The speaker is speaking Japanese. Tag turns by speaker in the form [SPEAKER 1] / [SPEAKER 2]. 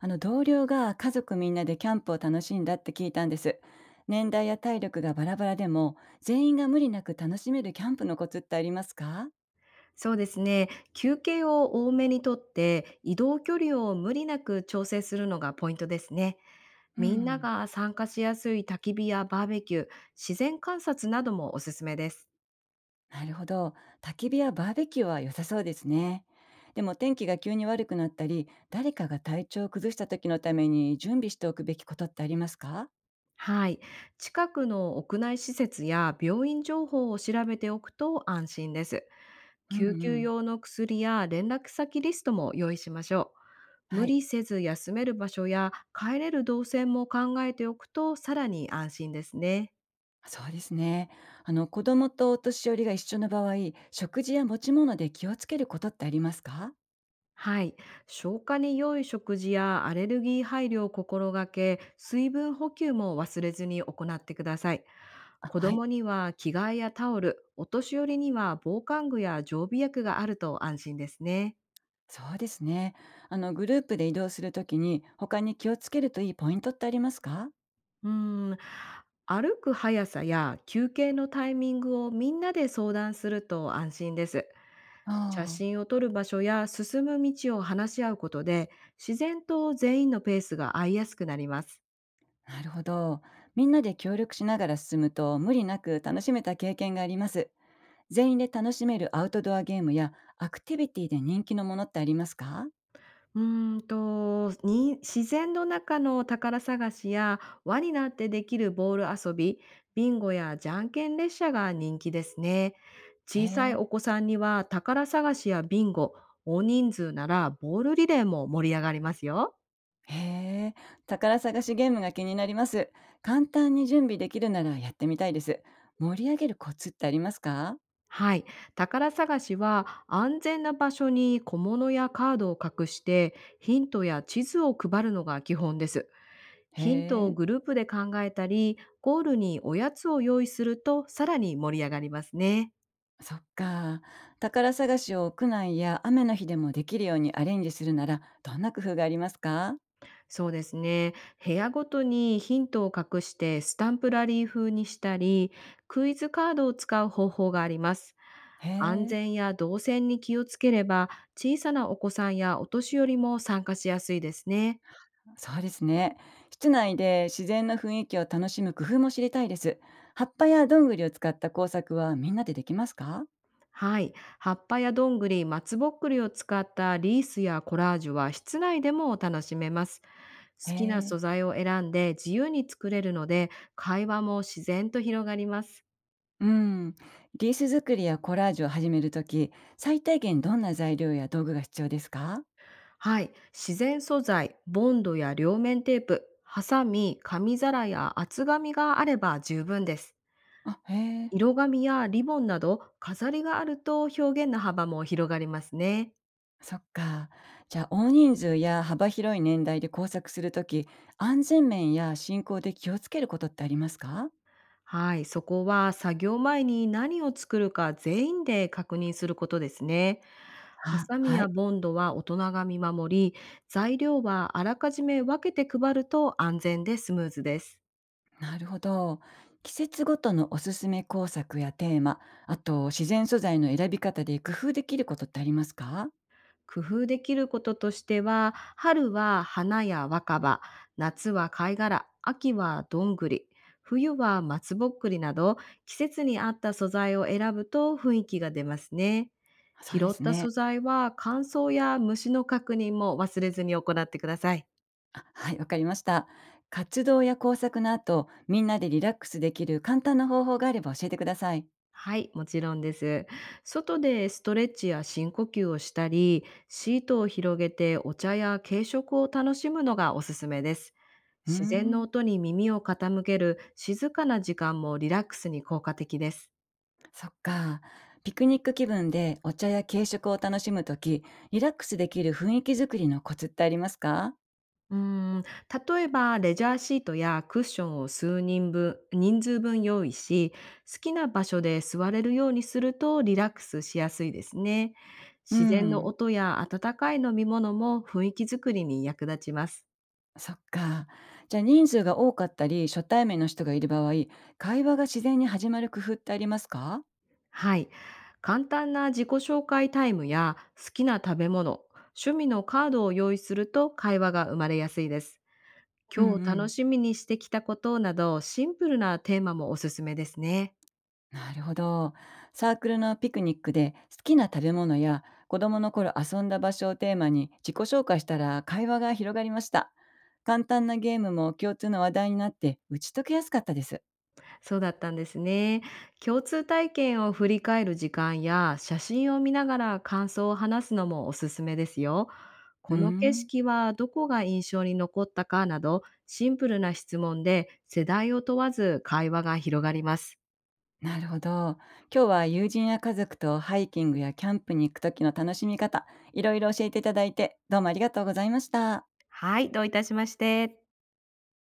[SPEAKER 1] あの同僚が家族みんなでキャンプを楽しんだって聞いたんです。年代や体力がバラバラでも全員が無理なく楽しめるキャンプのコツってありますか？
[SPEAKER 2] そうですね。休憩を多めにとって、移動距離を無理なく調整するのがポイントですね。
[SPEAKER 1] う
[SPEAKER 2] みんな
[SPEAKER 1] ん、
[SPEAKER 2] が参加しやすい焚き火やバーベキュー、自然観察などもおすすめです。
[SPEAKER 1] なるほど。焚き火やバーベキューは良さそうですね。でも天気が急に悪くなったり、誰かが体調を崩した時のために準備しておくべきことってありますか？
[SPEAKER 2] はい。近くの屋内施設や病院情報を調べておくと安心です。
[SPEAKER 1] うん
[SPEAKER 2] 救
[SPEAKER 1] う
[SPEAKER 2] 急
[SPEAKER 1] ん、
[SPEAKER 2] 用の薬や連絡先リストも用意しましょう。
[SPEAKER 1] は
[SPEAKER 2] 無
[SPEAKER 1] い、
[SPEAKER 2] 理せず休める場所や帰れる動線も考えておくとさらに安心ですね。
[SPEAKER 1] そうですね。あの子供とお年寄りが一緒の場合、食事や持ち物で気をつけることってありますか？
[SPEAKER 2] はい。消化に良い食事やアレルギー配慮を心がけ、水分補給も忘れずに行ってください。
[SPEAKER 1] あ、
[SPEAKER 2] 子
[SPEAKER 1] はい。
[SPEAKER 2] 供には着替えやタオル、お年寄りには防寒具や常備薬があると安心ですね。
[SPEAKER 1] そうですね。あの、グループで移動するときに、他に気をつけるといいポイントってありますか？
[SPEAKER 2] うーん。歩く速さや休憩のタイミングをみんなで相談すると安心です。写
[SPEAKER 1] あ
[SPEAKER 2] 真を撮る場所や進む道を話し合うことで、自然と全員のペースが合いやすくなります。
[SPEAKER 1] あ、なるほど。みんなで協力しながら進むと、無理なく楽しめた経験があります。全員で楽しめるアウトドアゲームやアクティビティで人気のものってありますか？
[SPEAKER 2] うーんと、に自然の中の宝探しや輪になってできるボール遊び、ビンゴやじゃんけん列車が人気ですね。
[SPEAKER 1] へ
[SPEAKER 2] 小さい
[SPEAKER 1] え。
[SPEAKER 2] お子さんには宝探しやビンゴ、大人数ならボールリレーも盛り上がりますよ。
[SPEAKER 1] へえ、宝探しゲームが気になります。簡単に準備できるならやってみたいです。盛り上げるコツってありますか？
[SPEAKER 2] はい。宝探しは安全な場所に小物やカードを隠してヒントや地図を配るのが基本です。
[SPEAKER 1] へ
[SPEAKER 2] ヒントを
[SPEAKER 1] え。
[SPEAKER 2] グループで考えたり、ゴールにおやつを用意するとさらに盛り上がりますね。
[SPEAKER 1] そっか。宝探しを屋内や雨の日でもできるようにアレンジするなら、どんな工夫がありますか？
[SPEAKER 2] そうですね。部屋ごとにヒントを隠してスタンプラリー風にしたり、クイズカードを使う方法があります。
[SPEAKER 1] へ
[SPEAKER 2] 安
[SPEAKER 1] え、
[SPEAKER 2] 全や動線に気をつければ、小さなお子さんやお年寄りも参加しやすいですね。
[SPEAKER 1] そうですね。室内で自然の雰囲気を楽しむ工夫も知りたいです。葉っぱやどんぐりを使った工作はみんなでできますか？
[SPEAKER 2] はい。葉っぱやどんぐり、松ぼっくりを使ったリースやコラージュは室内でも楽しめます。
[SPEAKER 1] へ
[SPEAKER 2] 好きな
[SPEAKER 1] え。
[SPEAKER 2] 素材を選んで自由に作れるので、会話も自然と広がります。
[SPEAKER 1] うん。リース作りやコラージュを始めるとき、最低限どんな材料や道具が必要ですか？
[SPEAKER 2] はい。自然素材、ボンドや両面テープ、ハサミ、紙皿や厚紙があれば十分です。
[SPEAKER 1] あ、へえ。
[SPEAKER 2] 色紙やリボンなど飾りがあると表現の幅も広がりますね。
[SPEAKER 1] そっか。じゃあ、大人数や幅広い年代で工作するとき、安全面や進行で気をつけることってありますか？
[SPEAKER 2] はい、そこは作業前に何を作るか全員で確認することですね。ハ
[SPEAKER 1] あ、
[SPEAKER 2] サミ
[SPEAKER 1] は
[SPEAKER 2] や
[SPEAKER 1] い。
[SPEAKER 2] ボンドは大人が見守り、材料はあらかじめ分けて配ると安全でスムーズです。
[SPEAKER 1] なるほど。季節ごとのおすすめ工作やテーマ、あと自然素材の選び方で工夫できることってありますか？
[SPEAKER 2] 工夫できることとしては、春は花や若葉、夏は貝殻、秋はどんぐり、冬は松ぼっくりなど、季節に合った素材を選ぶと雰囲気が出ますね。
[SPEAKER 1] そうで
[SPEAKER 2] 拾っ
[SPEAKER 1] す
[SPEAKER 2] た素
[SPEAKER 1] ね。
[SPEAKER 2] 材は乾燥や虫の確認も忘れずに行ってください。
[SPEAKER 1] あ、はい、わかりました。活動や工作の後、みんなでリラックスできる簡単な方法があれば教えてください。
[SPEAKER 2] はい、もちろんです。外でストレッチや深呼吸をしたり、シートを広げてお茶や軽食を楽しむのがおすすめです。
[SPEAKER 1] うー
[SPEAKER 2] 自然の
[SPEAKER 1] ん。
[SPEAKER 2] 音に耳を傾ける静かな時間もリラックスに効果的です。
[SPEAKER 1] そっか。ピクニック気分でお茶や軽食を楽しむとき、リラックスできる雰囲気作りのコツってありますか？
[SPEAKER 2] うーん、例えばレジャーシートやクッションを数人分、人数分用意し、好きな場所で座れるようにするとリラックスしやすいですね。
[SPEAKER 1] う
[SPEAKER 2] 自然の
[SPEAKER 1] ん。
[SPEAKER 2] 音や温かい飲み物も雰囲気づくりに役立ちます。
[SPEAKER 1] そっか。じゃあ人数が多かったり、初対面の人がいる場合、会話が自然に始まる工夫ってありますか？
[SPEAKER 2] はい。簡単な自己紹介タイムや好きな食べ物、趣味のカードを用意すると会話が生まれやすいです。
[SPEAKER 1] うんう
[SPEAKER 2] 今日楽
[SPEAKER 1] ん。
[SPEAKER 2] しみにしてきたことなどシンプルなテーマもおすすめですね。
[SPEAKER 1] なるほど。サークルのピクニックで好きな食べ物や子供の頃遊んだ場所をテーマに自己紹介したら会話が広がりました。簡単なゲームも共通の話題になって打ち解けやすかったです。
[SPEAKER 2] そうだったんですね。共通体験を振り返る時間や写真を見ながら感想を話すのもおすすめですよ。
[SPEAKER 1] うー
[SPEAKER 2] この景
[SPEAKER 1] ん。
[SPEAKER 2] 色はどこが印象に残ったかなどシンプルな質問で世代を問わず会話が広がります。
[SPEAKER 1] なるほど。今日は友人や家族とハイキングやキャンプに行く時の楽しみ方、いろいろ教えていただいて、どうもありがとうございました。
[SPEAKER 2] はい、どういたしまして。